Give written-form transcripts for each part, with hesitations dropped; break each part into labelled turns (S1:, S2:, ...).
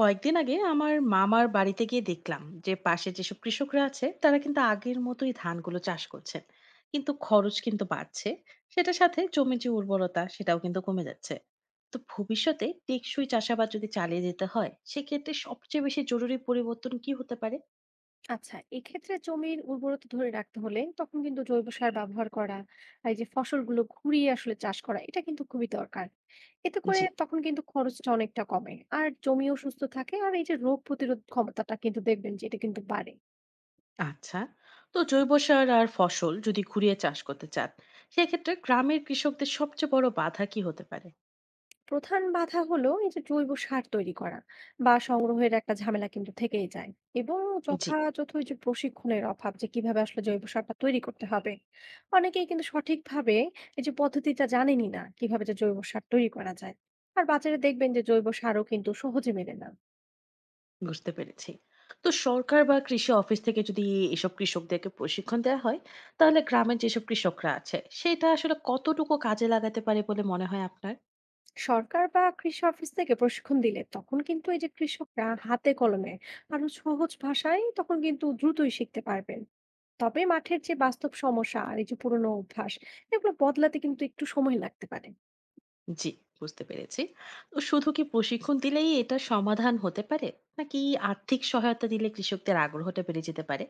S1: কয়েকদিন আগে আমার মামার বাড়িতে গিয়ে দেখলাম যে পাশে যেসব কৃষকরা আছে তারা কিন্তু আগের মতোই ধানগুলো চাষ করছেন। কিন্তু খরচ কিন্তু বাড়ছে। সেটার সাথে জমির যে উর্বরতা সেটাও কিন্তু কমে যাচ্ছে। তো ভবিষ্যতে টেকসই চাষাবাদ যদি চালিয়ে যেতে হয় সেক্ষেত্রে সবচেয়ে বেশি জরুরি পরিবর্তন কি হতে পারে?
S2: আচ্ছা, এক্ষেত্রে জমির উর্বরতা ধরে রাখতে হলে তখন কিন্তু জৈব সার ব্যবহার করা আর এই যে ফসলগুলো ঘুরিয়ে আসলে চাষ করা এটা কিন্তু খুবই দরকার। এতে করে
S1: জি,
S2: তখন কিন্তু খরচটা অনেকটা কমে আর জমিও সুস্থ থাকে আর এই যে রোগ প্রতিরোধ ক্ষমতাটা কিন্তু দেখবেন যে এটা কিন্তু বাড়ে।
S1: আচ্ছা। তো জৈব সার আর ফসল যদি ঘুরিয়ে চাষ করতে চান সেক্ষেত্রে গ্রামের কৃষকদের সবচেয়ে বড় বাধা কি হতে পারে?
S2: প্রধান বাধা হলো এই যে জৈব সার তৈরি করা বা সংগ্রহের একটা ঝামেলা কিন্তু থেকেই যায়, এবং
S1: জি,
S2: যথাযথ ওই যে প্রশিক্ষণের অভাব যে কিভাবে আসলে জৈব সারটা তৈরি করতে হবে। অনেকেই কিন্তু সঠিকভাবে এই যে পদ্ধতিটা জানেনই না কিভাবে যে জৈব সার তৈরি করা যায়। আর বাজারে দেখবেন যে জৈব সারও কিন্তু সহজে মেলে না।
S1: বুঝতে পেরেছি। তো সরকার বা কৃষি অফিস থেকে যদি এসব কৃষকদেরকে প্রশিক্ষণ দেয়া হয়, তাহলে গ্রামের যেসব কৃষকরা আছে, সেটা আসলে কতটুকু কাজে লাগাতে পারে বলে মনে হয় আপনার?
S2: সরকার বা কৃষি অফিস থেকে প্রশিক্ষণ দিলে তখন কিন্তু এই যে কৃষকরা হাতে কলমে আরো সহজ ভাষায় তখন কিন্তু দ্রুতই শিখতে পারবেন। তবে মাঠের যে বাস্তব সমস্যা আর এই যে পুরোনো অভ্যাস এগুলো বদলাতে কিন্তু একটু সময় লাগতে পারে।
S1: জি, বুঝতে পেরেছি। তো শুধু কি প্রশিক্ষণ দিলেই এটার সমাধান হতে পারে? নাকি আর্থিক সহায়তা দিলে কৃষকদের আগ্রহটা বেড়ে যেতে পারে?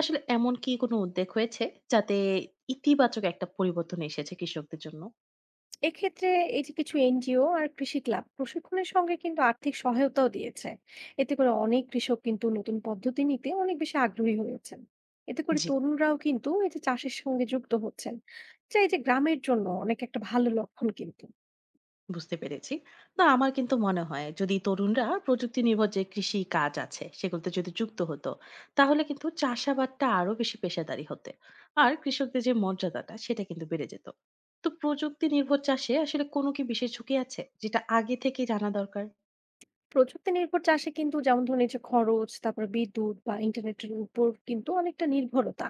S1: আসলে এমন কি কোনো উদ্যোগ হয়েছে, যাতে ইতিবাচক একটা পরিবর্তন এসেছে কৃষকদের জন্য?
S2: এক্ষেত্রে এই যে কিছু এনজিও আর কৃষি ক্লাব প্রশিক্ষণের সঙ্গে কিন্তু আর্থিক সহায়তাও দিয়েছে। এতে করে অনেক কৃষক কিন্তু নতুন পদ্ধতি নিতে অনেক বেশি আগ্রহী হয়েছেন। এতে করে
S1: জি,
S2: তরুণরাও কিন্তু এই যে চাষের সঙ্গে যুক্ত হচ্ছেন, যা এই যে গ্রামের জন্য অনেক একটা ভালো লক্ষণ কিন্তু।
S1: বুঝতে পেরেছি। না আমার কিন্তু মনে হয় যদি তরুণরা প্রযুক্তি নির্ভর যে কৃষি কাজ আছে সেগুলোতে যদি যুক্ত হতো তাহলে কিন্তু চাষাবাদটা আরো বেশি পেশাদারি হতে, আর কৃষকদের যে মর্যাদাটা সেটা কিন্তু বেড়ে যেত। তো প্রযুক্তি নির্ভর চাষে আসলে কোনো কি বিশেষ ঝুঁকি আছে যেটা আগে থেকে জানা দরকার?
S2: প্রযুক্তি নির্ভর চাষে কিন্তু যেমন ধরুন এই যে খরচ, তারপর বিদ্যুৎ বা ইন্টারনেটের উপর কিন্তু অনেকটা নির্ভরতা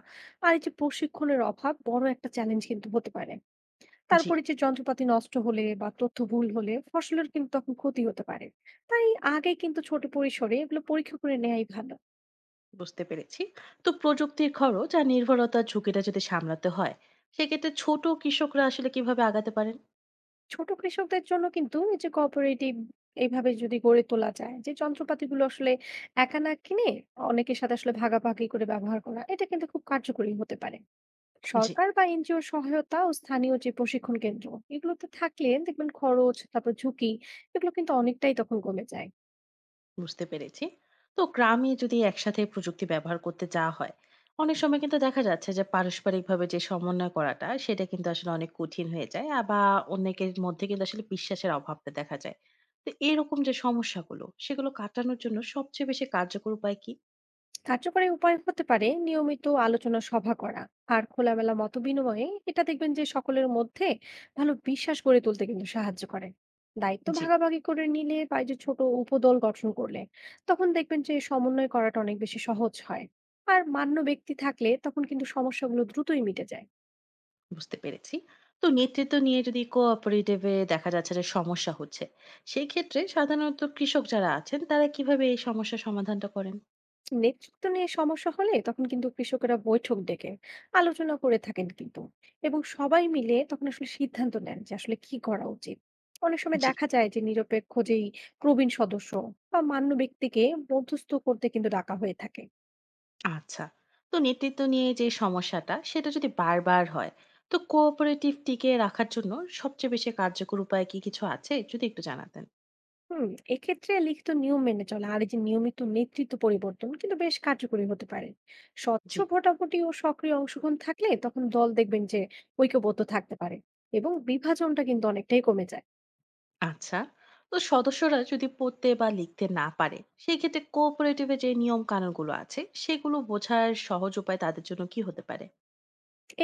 S2: আর এই যে প্রশিক্ষণের অভাব বড় একটা চ্যালেঞ্জ কিন্তু হতে পারে।
S1: জি,
S2: তারপরে যে যন্ত্রপাতি নষ্ট হলে বা তথ্য ভুল হলে ফসলের কিন্তু তখন ক্ষতি হতে পারে। তাই আগে কিন্তু ছোট পরিসরে এগুলো পরীক্ষা করে নেয়াই ভালো।
S1: বুঝতে পেরেছি। তো প্রযুক্তির খরচ আর নির্ভরতার ঝুঁকিটা যদি সামলাতে হয় সেক্ষেত্রে ছোট কৃষকরা আসলে কিভাবে আগাতে পারেন?
S2: ছোট কৃষকদের জন্য কিন্তু এই যে কোঅপারেটিভ এইভাবে যদি গড়ে তোলা যায় যে যন্ত্রপাতিগুলো আসলে একা না কিনে অনেকের সাথে আসলে ভাগাভাগি করে ব্যবহার করা এটা কিন্তু খুব কার্যকরী হতে পারে।
S1: জি,
S2: সরকার বা এনজিওর সহায়তা ও স্থানীয় যে প্রশিক্ষণ কেন্দ্র এগুলোতে থাকলে দেখবেন খরচ, তারপর ঝুঁকি এগুলো কিন্তু অনেকটাই তখন কমে যায়।
S1: বুঝতে পেরেছি। তো গ্রামে যদি একসাথে প্রযুক্তি ব্যবহার করতে যাওয়া হয় অনেক সময় কিন্তু দেখা যাচ্ছে যে পারস্পরিকভাবে যে সমন্বয় করাটা সেটা কিন্তু আসলে অনেক কঠিন হয়ে যায় বা অনেকের মধ্যে কিন্তু আসলে বিশ্বাসের অভাবটা দেখা যায়। তো এরকম যে সমস্যাগুলো সেগুলো কাটানোর জন্য সবচেয়ে বেশি কার্যকর উপায় কি?
S2: কার্যকরী উপায় হতে পারে নিয়মিত আলোচনা সভা করা আর খোলামেলা মত বিনিময়ে। এটা দেখবেন যে সকলের মধ্যে ভালো বিশ্বাস গড়ে তুলতে কিন্তু সাহায্য করে। দায়িত্ব
S1: জি,
S2: ভাগাভাগি করে নিলে বা এই যে ছোট উপদল গঠন করলে তখন দেখবেন যে সমন্বয় করাটা অনেক বেশি সহজ হয়। আর মান্য ব্যক্তি থাকলে তখন কিন্তু সমস্যাগুলো দ্রুতই মিটে যায়।
S1: বুঝতে পেরেছি। তো নেতৃত্ব নিয়ে যদি কোঅপারেটিভে দেখা যাচ্ছে যে সমস্যা হচ্ছে সেই ক্ষেত্রে সাধারণত কৃষক যারা আছেন তারা কিভাবে এই সমস্যা সমাধানটা করেন?
S2: নেতৃত্ব নিয়ে সমস্যা হলে তখন কিন্তু কৃষকেরা বৈঠক ডেকে আলোচনা করে থাকেন কিন্তু, এবং সবাই মিলে তখন আসলে সিদ্ধান্ত নেন যে আসলে কি করা উচিত। অনেক সময়
S1: জি,
S2: দেখা যায় যে নিরপেক্ষ যেই প্রবীণ সদস্য বা মান্য ব্যক্তিকে মধ্যস্থ করতে কিন্তু ডাকা হয়ে থাকে।
S1: আচ্ছা। তো নেতৃত্ব নিয়ে যে সমস্যাটা সেটা যদি বারবার হয়, তো কোঅপারেটিভ টিকিয়ে রাখার জন্য সবচেয়ে বেশি কার্যকর উপায় কি কিছু আছে? যদি একটু জানাতেন।
S2: হুম, এক্ষেত্রে লিখিত নিয়ম মেনে চলা আর এই যে নিয়মিত নেতৃত্ব পরিবর্তন কিন্তু বেশ কার্যকরী হতে পারে। স্বচ্ছ
S1: জি,
S2: ভোটাভুটি ও সক্রিয় অংশগ্রহণ থাকলে তখন দল দেখবেন যে ঐক্যবদ্ধ থাকতে পারে এবং বিভাজনটা কিন্তু অনেকটাই কমে যায়।
S1: আচ্ছা। তো সদস্যরা যদি পড়তে বা লিখতে না পারে, সেই ক্ষেত্রে কোঅপারেটিভ এর যে নিয়ম কানুনগুলো আছে, সেগুলো বোঝার সহজ উপায় তাদের জন্য কি হতে পারে?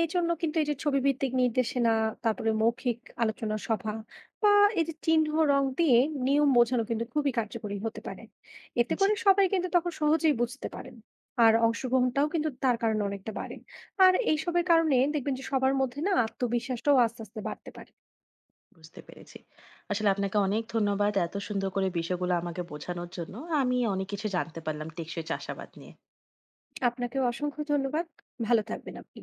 S2: এইজন্য কিন্তু এই যে ছবিভিত্তিক নির্দেশনা, তারপরে মৌখিক আলোচনা সভা বা এই যে চিহ্ন রং দিয়ে নিয়ম বোঝানো কিন্তু খুবই কার্যকরী হতে পারে। এতে
S1: জি,
S2: করে সবাই কিন্তু তখন সহজেই বুঝতে পারেন। আর অংশগ্রহণটাও কিন্তু তার কারণে অনেকটা বাড়ে। আর এইসবের কারণে দেখবেন যে সবার মধ্যে না আত্মবিশ্বাসটাও আস্তে আস্তে বাড়তে পারে।
S1: বুঝতে পেরেছি। আসলে আপনাকে অনেক ধন্যবাদ এত সুন্দর করে বিষয়গুলো আমাকে বোঝানোর জন্য। আমি অনেক কিছু জানতে পারলাম টেকসই চাষাবাদ নিয়ে।
S2: আপনাকেও অসংখ্য ধন্যবাদ। ভালো থাকবেন আপনি।